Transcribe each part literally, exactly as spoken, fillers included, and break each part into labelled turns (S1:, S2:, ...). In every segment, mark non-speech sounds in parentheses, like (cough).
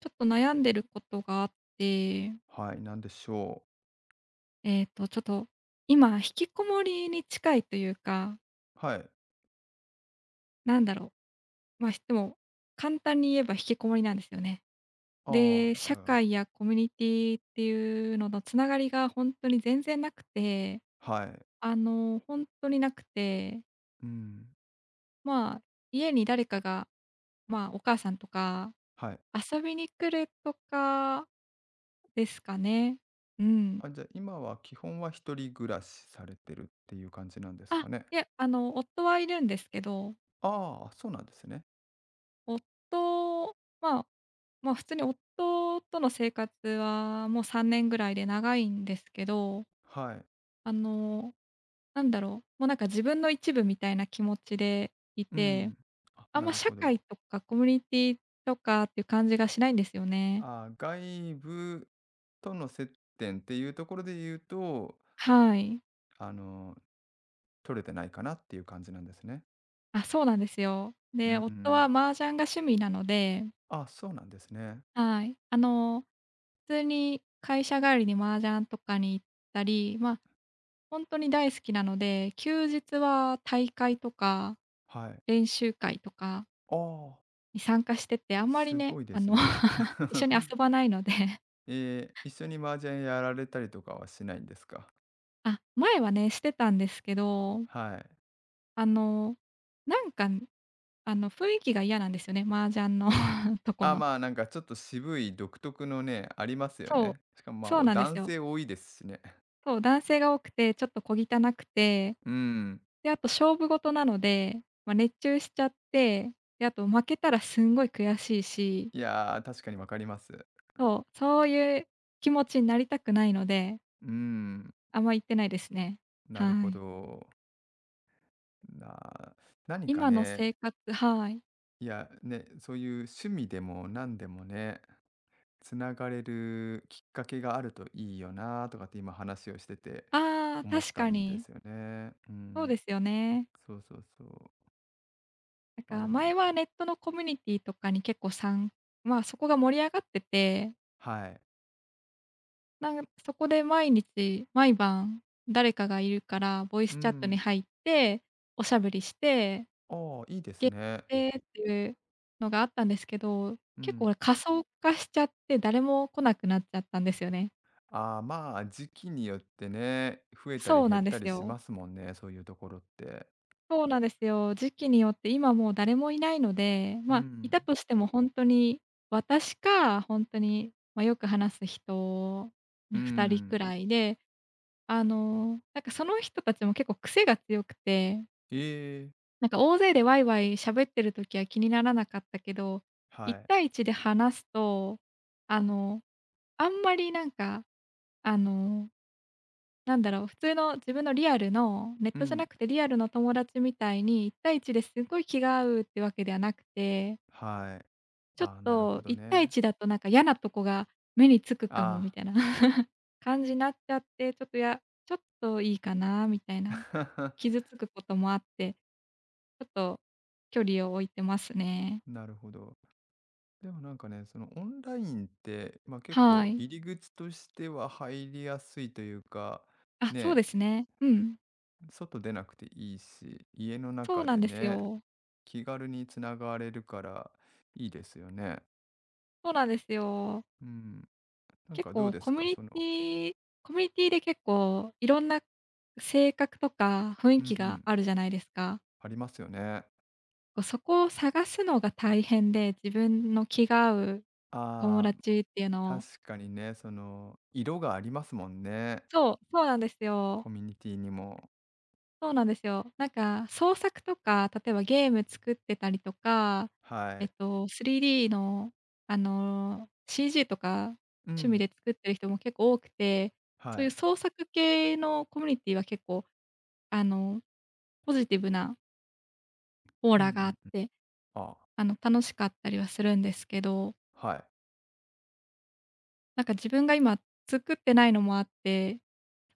S1: ちょっと悩んでることがあって、
S2: はい、なんでしょう。
S1: えっと、ちょっと、今、引きこもりに近いというか、
S2: はい。
S1: なんだろう、まあ、でも、簡単に言えば引きこもりなんですよね。
S2: ああ、
S1: で、
S2: じ
S1: 社
S2: ゃあ、
S1: 会やコミュニティっていうののつながりが本当に全然なくて、
S2: はい。
S1: あの、本当になくて、
S2: うん。
S1: まあ、家に誰かが、まあ、お母さんとか
S2: はい。
S1: 遊びに来るとかですかね。うん。
S2: あ、じゃあ、今は基本は一人暮らしされてるっていう感じなんです
S1: あ、
S2: かね。
S1: いやあの、夫はいるんですけど、
S2: ああ、そうなんですね。
S1: 夫まあ、まあ、普通に夫との生活はもうさんねんぐらいで長いんですけど、
S2: はい。
S1: あの、なんだろう、もうなんか自分の一部みたいな気持ちでい
S2: う
S1: て、
S2: ん。あ、
S1: あん
S2: な
S1: ま
S2: る
S1: 社
S2: ほど。
S1: 会とかコミュニティとかっていう感じがしないんですよね。
S2: ああ、外部との接点っていうところで言うと、
S1: はい。
S2: あの、取れてないかなっていう感じなんですね。
S1: あ、そうなんですよ。
S2: う
S1: で、
S2: んう
S1: 夫は
S2: ん。
S1: 麻雀が趣味なので、
S2: あ、そうなんですね。
S1: はい。あの、普通に会社帰りに麻雀とかに行ったり、まあほんとに大好きなので、休日は大会とか、
S2: はい。
S1: 練習会とか
S2: ああ、
S1: に参加してて、あんまり
S2: す
S1: ね、
S2: ごいで
S1: あ
S2: す
S1: の、
S2: ね。
S1: (laughs) 一緒に遊
S2: (laughs)
S1: ばないので。
S2: ええ、一緒に麻雀やられたりとかはしないんですか？
S1: あ、前はね、してたんですけど、
S2: はい。
S1: あの、なんか、あの、雰囲気が嫌なんですよね、麻雀の (laughs) とこ
S2: あ、
S1: の。
S2: まあ、なんかちょっと渋い独特のね、ありますよ
S1: そう、
S2: ね。しかも、まあ、
S1: そう
S2: もう
S1: なんです
S2: 男
S1: よ。
S2: 性多いですしね。(laughs)
S1: そう、男性が多くて、ちょっと小汚くて、
S2: うん。
S1: で、あと勝負事なので、ま、熱中しちゃって、で、あと負けたらすんごい悔しいし、
S2: いやー、確かにわかります。
S1: そう、そういう気持ちになりたくないので、
S2: うーん、
S1: あんま行ってないですね。
S2: なる
S1: は
S2: ほ
S1: い。
S2: ど。な何か
S1: 今の
S2: ね、
S1: 生活、はい。
S2: いや、ね、そういう趣味でも何でもね、繋がれるきっかけがあるといいよなとかって今話をしてて
S1: ああ、
S2: 思っ
S1: 確
S2: た
S1: か
S2: んで
S1: に。
S2: すよね。う
S1: そう
S2: ん、
S1: ですよね。
S2: そうそうそう。
S1: なん
S2: まあ、
S1: か
S2: でもね、
S1: 前はネットのコミュニティとかに結構さんまあ、そこが盛り上がってて、
S2: はい。
S1: なんそこで毎日、毎晩誰かがいるから、ボイス
S2: う
S1: チャットに
S2: ん。
S1: 入って、おしゃべりして、
S2: ああ、いいです
S1: ゲー
S2: ね。
S1: ムしてっていうのがあったんですけど、
S2: う
S1: 結構、
S2: ん。
S1: 俺、仮想化しちゃって誰も来なくなっちゃったんですよね。
S2: ああ、まあ、時期によってね、増えたり
S1: そう
S2: 減
S1: な
S2: っ
S1: んで
S2: た
S1: す
S2: りし
S1: よ。
S2: ますもんね、そういうところって。
S1: そうなんですよ。時期によって今もう誰もいないので、
S2: う
S1: まあ、い
S2: ん。
S1: たとしてもほんとに、私か、ほんとに、ま、よく話す人
S2: う
S1: にふたり
S2: ん。
S1: くらいで、あの、なんかその人たちも結構癖が強くて、
S2: ええ、
S1: なんか大勢でワイワイ喋ってる時は気にならなかったけど、
S2: は
S1: いち
S2: い。
S1: 対いちで話すと、あの、あんまりなんか、あのなんだろう、普通の自分のリアルの、ネッ
S2: う
S1: トじゃな
S2: ん、
S1: くてリアルの友達みたいにいち対いちですごい気が合うってわけではなくて、
S2: はい。
S1: ちょっ
S2: ああ、なるほ
S1: と
S2: ど
S1: いち対
S2: ね。
S1: いちだとなんか嫌なとこが目につくかもみ
S2: あ
S1: たいな (laughs) 感じになっちゃって、ちょっとやちょっといいかなみたいな。
S2: あ、
S1: 傷
S2: (laughs)
S1: つくこともあって、ちょっと距離を置いてますね。
S2: なるほど。でもなんかね、そのオンラインって、まあ、結
S1: は
S2: 構
S1: い。
S2: 入り口としては入りやすいというか、
S1: あ、そうで
S2: ね、
S1: すね。うん。
S2: 外出なくていいし、家の
S1: そう
S2: 中
S1: なん
S2: で
S1: です
S2: ね、
S1: よ。
S2: 気軽につながれるからいいですよね。
S1: そうなんですよ。
S2: うん。なん
S1: 結
S2: かどう
S1: 構
S2: です
S1: コミュ
S2: か、その、
S1: ニティコミュニティで結構いろんな性格とか雰囲
S2: う
S1: 気
S2: んう
S1: が
S2: ん、
S1: あるじゃないですか。
S2: ありますよね。
S1: こうそこを探すのが大変で、自分の気が合う友
S2: ああ、
S1: 達っていうのを、
S2: 確かにね、その、色がありますもんね、
S1: そう、そうなんですよ。
S2: コミュニティにも。
S1: そうなんですよ。なんか創作とか、例えばゲーム作ってたりとか、
S2: は
S1: えっ
S2: い。
S1: と、スリーディー の、あの、シージー とか
S2: う
S1: 趣味で
S2: ん、
S1: 作ってる人も結構多くて、そ
S2: は
S1: ういう
S2: い。
S1: 創作系のコミュニティは結構、あの、ポジティブなオー
S2: うんう
S1: ラがあ
S2: ん
S1: っ
S2: うん。
S1: て、
S2: あ、
S1: あの、楽しかったりはするんですけど、
S2: はい。
S1: なんか自分が今作ってないのもあって、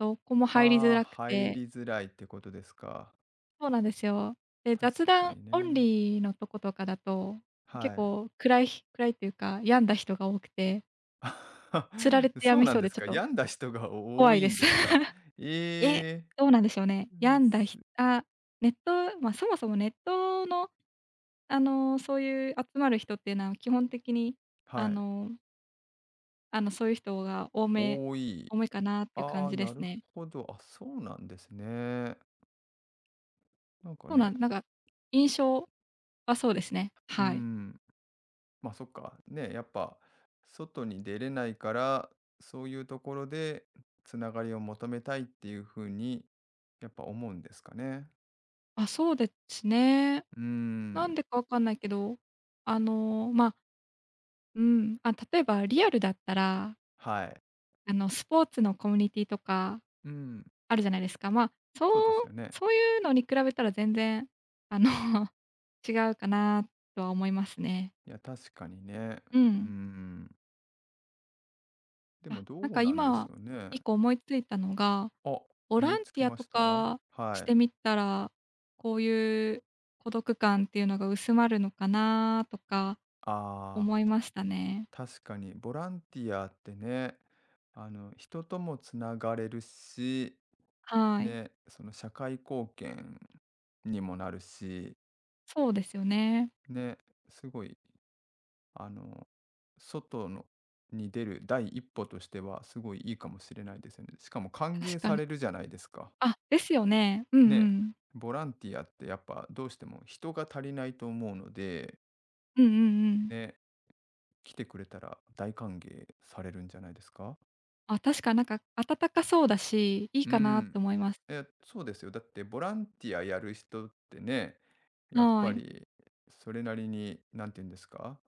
S1: そこも入りづ
S2: ああ、
S1: らく
S2: 入
S1: て。
S2: りづらいってことですか。
S1: そうなんですよ。で、
S2: 確
S1: 雑
S2: か
S1: 談
S2: に
S1: オン
S2: ね。
S1: リーのとことかだと、結
S2: はい。
S1: 構暗いひ暗いっていうか、病んだ人が多くて、つられて
S2: (laughs) そ
S1: 病
S2: う
S1: み
S2: な
S1: そ
S2: ん
S1: う
S2: で
S1: で
S2: す
S1: ちょっ
S2: か。
S1: と
S2: 病んだ人が
S1: 怖
S2: 多
S1: い
S2: い
S1: で
S2: ん
S1: す。
S2: ですか。
S1: (laughs) え。
S2: え
S1: どうなんでしょうね。
S2: ー、うん
S1: 病んだひ
S2: す
S1: あ、ネットま、そもそもネットの、あの、そういう集まる人っていうのは基本的に、あ
S2: はい。
S1: のあの、そういう人が多め
S2: 多い。
S1: 多めかなっていう感
S2: ああ、
S1: じで
S2: な
S1: す
S2: る
S1: ね。
S2: ほど。あ、そうなんですね。なんか
S1: そうな
S2: ね、
S1: んなんか、印象はそうですね。
S2: う
S1: はい。
S2: ん。まあ、そっか。ね、やっぱ、外に出れないから、そういうところでつながりを求めたいっていうふうに、やっぱ思うんですかね。
S1: あ、そうですね。
S2: う
S1: なん
S2: ん。
S1: でかわかんないけど、あの、まあ、うん、あ、例えばリアルだったら、
S2: はい。
S1: あの、スポーツのコミュニティとか
S2: うん。
S1: あるじゃないですか。まあ、そ
S2: そうです
S1: う
S2: よね。
S1: そういうのに比べたら全然、あの、(laughs) 違うかなとは思いますね。
S2: いや、確かにね。
S1: う
S2: う
S1: ん。
S2: ん。で
S1: あ、
S2: もど
S1: なん
S2: う
S1: か
S2: なんでし
S1: 今、
S2: ょうね。
S1: 一個思いついたのが、
S2: あ、
S1: ボ
S2: 思
S1: ラ
S2: い
S1: ン
S2: つ
S1: テ
S2: き
S1: ィア
S2: ま
S1: と
S2: した。
S1: か
S2: は
S1: して
S2: い。
S1: みたら、こういう孤独感っていうのが薄まるのかなとか
S2: ああ、
S1: 思いましたね。
S2: 確かにボランティアってね、あの、人ともつながれるし、
S1: はい。
S2: ね、その社会貢献にもなるし、
S1: そうですよね。
S2: ね、すごい、あの、外のに出る第一歩としてはすごいいいかもしれないですよね。しかも歓
S1: 確
S2: 迎
S1: か
S2: さ
S1: に。
S2: れるじゃないですか。
S1: あ、ですよね。うんう
S2: ね、
S1: ん。
S2: ボランティアってやっぱどうしても人が足りないと思うので、
S1: うんうんうん。
S2: ね、来てくれたら大歓迎されるんじゃないですか？
S1: あ、確かなんか暖かそうだし、いい
S2: う
S1: かなって
S2: ん。
S1: 思います。
S2: え、そうですよ。だってボランティアやる人ってね、やっ
S1: は
S2: ぱ
S1: い。
S2: りそれなりに、なんて言うんですか、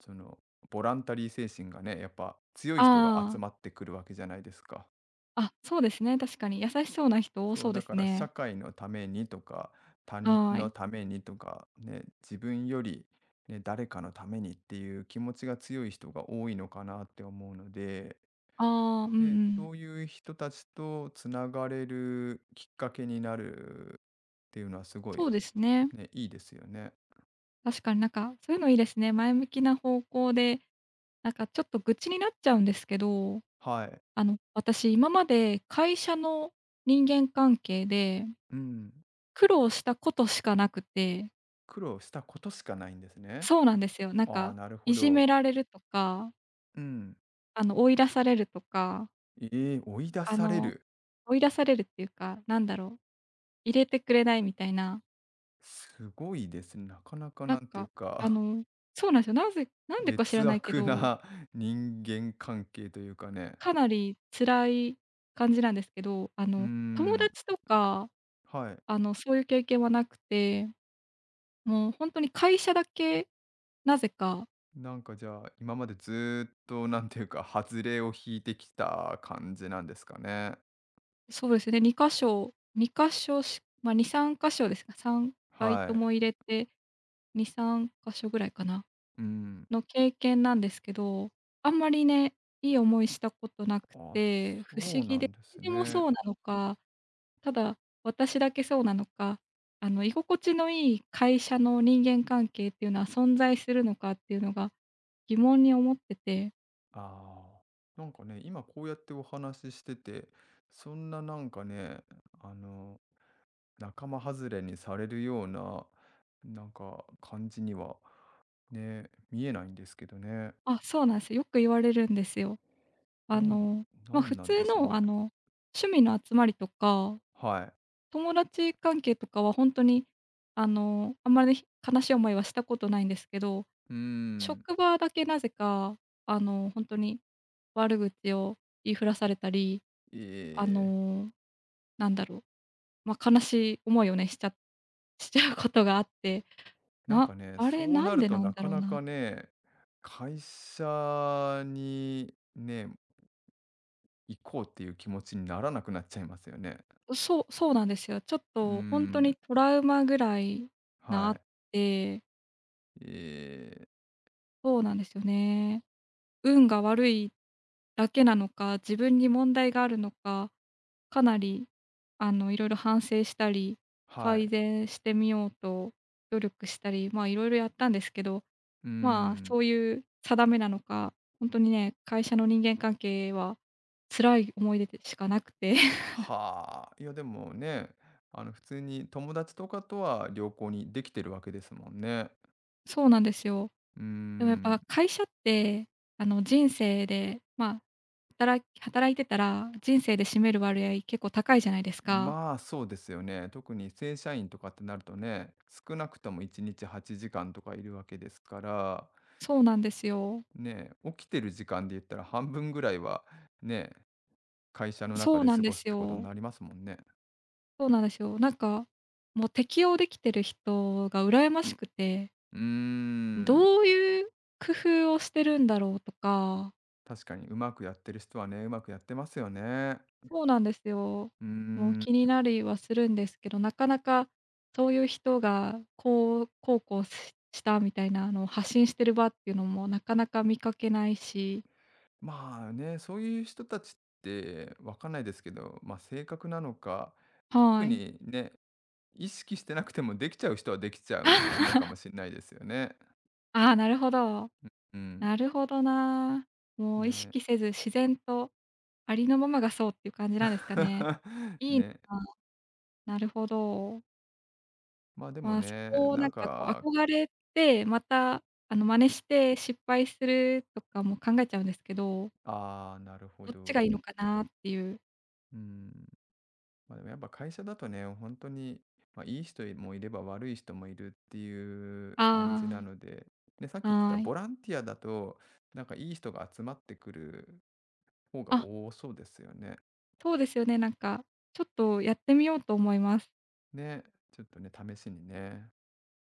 S2: その、ボランタリー精神がね、やっぱ強い人が
S1: あ
S2: 集ま
S1: あ。
S2: ってくるわけじゃないですか。
S1: あ、そうですね、確かに。優しそうな人多
S2: そ
S1: そう
S2: う、
S1: で
S2: だ
S1: す
S2: から社
S1: ね。
S2: 会のためにとか、他人
S1: は
S2: の
S1: い。
S2: ためにとか、ね、自分より、ね、誰かのためにっていう気持ちが強い人が多いのかなって思うので、
S1: ああ、うんう
S2: で、そ
S1: ん。
S2: ういう人たちとつながれるきっかけになるっていうのはすご
S1: そ
S2: い
S1: うですね。
S2: ね、いいですよね。
S1: 確かになんか、そういうのいいですね。前向きな方向で、なんかちょっと愚痴になっちゃうんですけど、
S2: はい。
S1: あの、私今まで会社の人間関係で
S2: うん。
S1: 苦労したことしかなくて。
S2: 苦労したことしかないんですね。
S1: そうなんですよ。なん
S2: ああ、
S1: か、
S2: なるほ
S1: いじめ
S2: ど。
S1: られるとか、
S2: うん。
S1: あの、追い出されるとか、
S2: ええ、追い出
S1: あ
S2: され
S1: の、
S2: る。
S1: 追い出されるっていうか、なんだろう、入れてくれないみたいな、
S2: すごいですね。なかなか
S1: なん
S2: なんていう
S1: か、あ
S2: か、
S1: の、そうなんですよ。なぜ
S2: (laughs)
S1: なんで
S2: 劣
S1: か知らないけ
S2: 悪
S1: ど、
S2: な (laughs) 人間関係というかね。
S1: かなり辛い感じなんですけど、あ
S2: うー
S1: の、友
S2: ん。
S1: 達とか、
S2: はい。
S1: あの、そういう経験はなくて、もう本当に会社だけ、なぜか、
S2: なんかじゃあ、今までずーっとなんていうか、外れを引いてきた感じなんですかね。
S1: そうですね、に箇所に箇所し、まあ、に、さん箇所ですか、さんバイト
S2: はい。
S1: も入れてに、さん箇所ぐらいかな、
S2: うん。
S1: の経験なんですけど、あんまりね、いい思いしたことなく
S2: あ、
S1: て、
S2: そ
S1: 不思
S2: う
S1: 議
S2: な
S1: で、
S2: んで
S1: 誰
S2: す
S1: でも
S2: ね。
S1: そうなのか、ただ私だけそうなのか、あの、居心地のいい会社の人間関係っていうのは存在するのかっていうのが疑問に思ってて、
S2: ああ。なんかね、今こうやってお話ししてて、そんななんかね、あの、仲間外れにされるような、なんか感じにはね、見えないんですけどね。
S1: あ、そうなんすよ。よく言われるんですよ。あ
S2: なん、
S1: の、ま、
S2: なん
S1: 普
S2: なんで
S1: 通
S2: しょう
S1: の
S2: ね。
S1: あの、趣味の集まりとか
S2: はい。
S1: 友達関係とかは本当に、あの、あんまりひ悲しい思いはしたことないんですけど、
S2: うん。
S1: 職場だけなぜか、あの、本当に悪口を言いふらされたり、
S2: え
S1: あ
S2: え。
S1: の、なんだろう、まあ、悲しい思いをね、しちゃ (laughs) しちゃうことがあって、
S2: なん
S1: な
S2: かね、
S1: あれ
S2: そう
S1: な
S2: な
S1: ん
S2: る
S1: で
S2: と
S1: なん
S2: な
S1: だ
S2: か
S1: ろう
S2: な
S1: な。
S2: かね、会社にね、行こうっていう気持ちにならなくなっちゃいますよね。
S1: そう、そうなんですよ。ちょっ
S2: うー
S1: と本当に
S2: ん、
S1: トラウマぐらいな
S2: は
S1: っ
S2: い。
S1: て、
S2: ええ、
S1: そうなんですよね。運が悪いだけなのか、自分に問題があるのか、かなり、あの、いろいろ反省したり、
S2: は
S1: 改
S2: い。
S1: 善してみようと努力したり、まあ、いろいろやったんですけど、
S2: うー
S1: まあ、
S2: ん、
S1: そういう定めなのか、ほんとにね、会社の人間関係は辛い思い出でしかなくて。(laughs)
S2: はあ。いやでもね、あの普通に友達とかとは良好にできてるわけですもんね。
S1: そうなんですよ。
S2: うー
S1: でもやっぱ
S2: ん、
S1: 会社って、あの、人生で、まあ、働き働いてたら、人生で占める割合結構高いじゃないですか。
S2: まあそうですよね。特に正社員とかってなるとね、少なくともいちにちはちじかんとかいるわけですから、
S1: そうなんですよ。
S2: ね、起きてる時間で言ったら半分ぐらいはね、会社の
S1: そ
S2: 中
S1: う
S2: で
S1: なん
S2: 過
S1: で
S2: ごすっ
S1: す
S2: てことに
S1: よ。
S2: なりますもんね。
S1: そうなんですよ。なんか、もう適応できてる人が羨ましくて、
S2: うーん、
S1: どういう工夫をしてるんだろうとか、
S2: 確かにうまくやってる人はね、うまくやってますよね。
S1: そうなんですよ。
S2: うー
S1: もう
S2: ん、
S1: 気になりはするんですけど、なかなかそういう人がこう、こうこうししたみたいなあの発信してる場っていうのもなかなか見かけないし。
S2: まあね、そういう人たちってわかんないですけど、ま、性格なのか、
S1: は
S2: 特
S1: い。
S2: にね、意識してなくてもできちゃう人はできちゃうのかもし
S1: (laughs)
S2: れないですよね。
S1: ああ、なるほど。
S2: うん、
S1: なるほどな。もう意
S2: ね。
S1: 識せず自然とありのままがそうっていう感じなんですかね。
S2: (laughs)
S1: いいな。
S2: ね。
S1: なるほど。
S2: ま、でも
S1: まあ、そ
S2: ね、
S1: こを
S2: な
S1: な
S2: ん
S1: んかこう
S2: か、
S1: 憧れて、またあの真似して失敗するとかも考えちゃうんですけど、
S2: ああ、なるほ
S1: どっちがいい
S2: ど。
S1: のかなっていう。
S2: うん。まあ、でもやっぱ会社だとね、本当に、まあ、いい人もいれば悪い人もいるっていう感じな
S1: あ
S2: ので、ね、さっ
S1: あ、
S2: き言ってた
S1: はい。
S2: ボランティアだと、なんかいい人が集まってくる方が
S1: あ、
S2: 多そうですよね。
S1: そうですよね、なんか、ちょっとやってみようと思います。
S2: ね、ちょっとね、試しにね。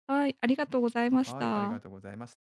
S1: はい、ありがとうございまし
S2: はい、あり
S1: た。
S2: がとうございました。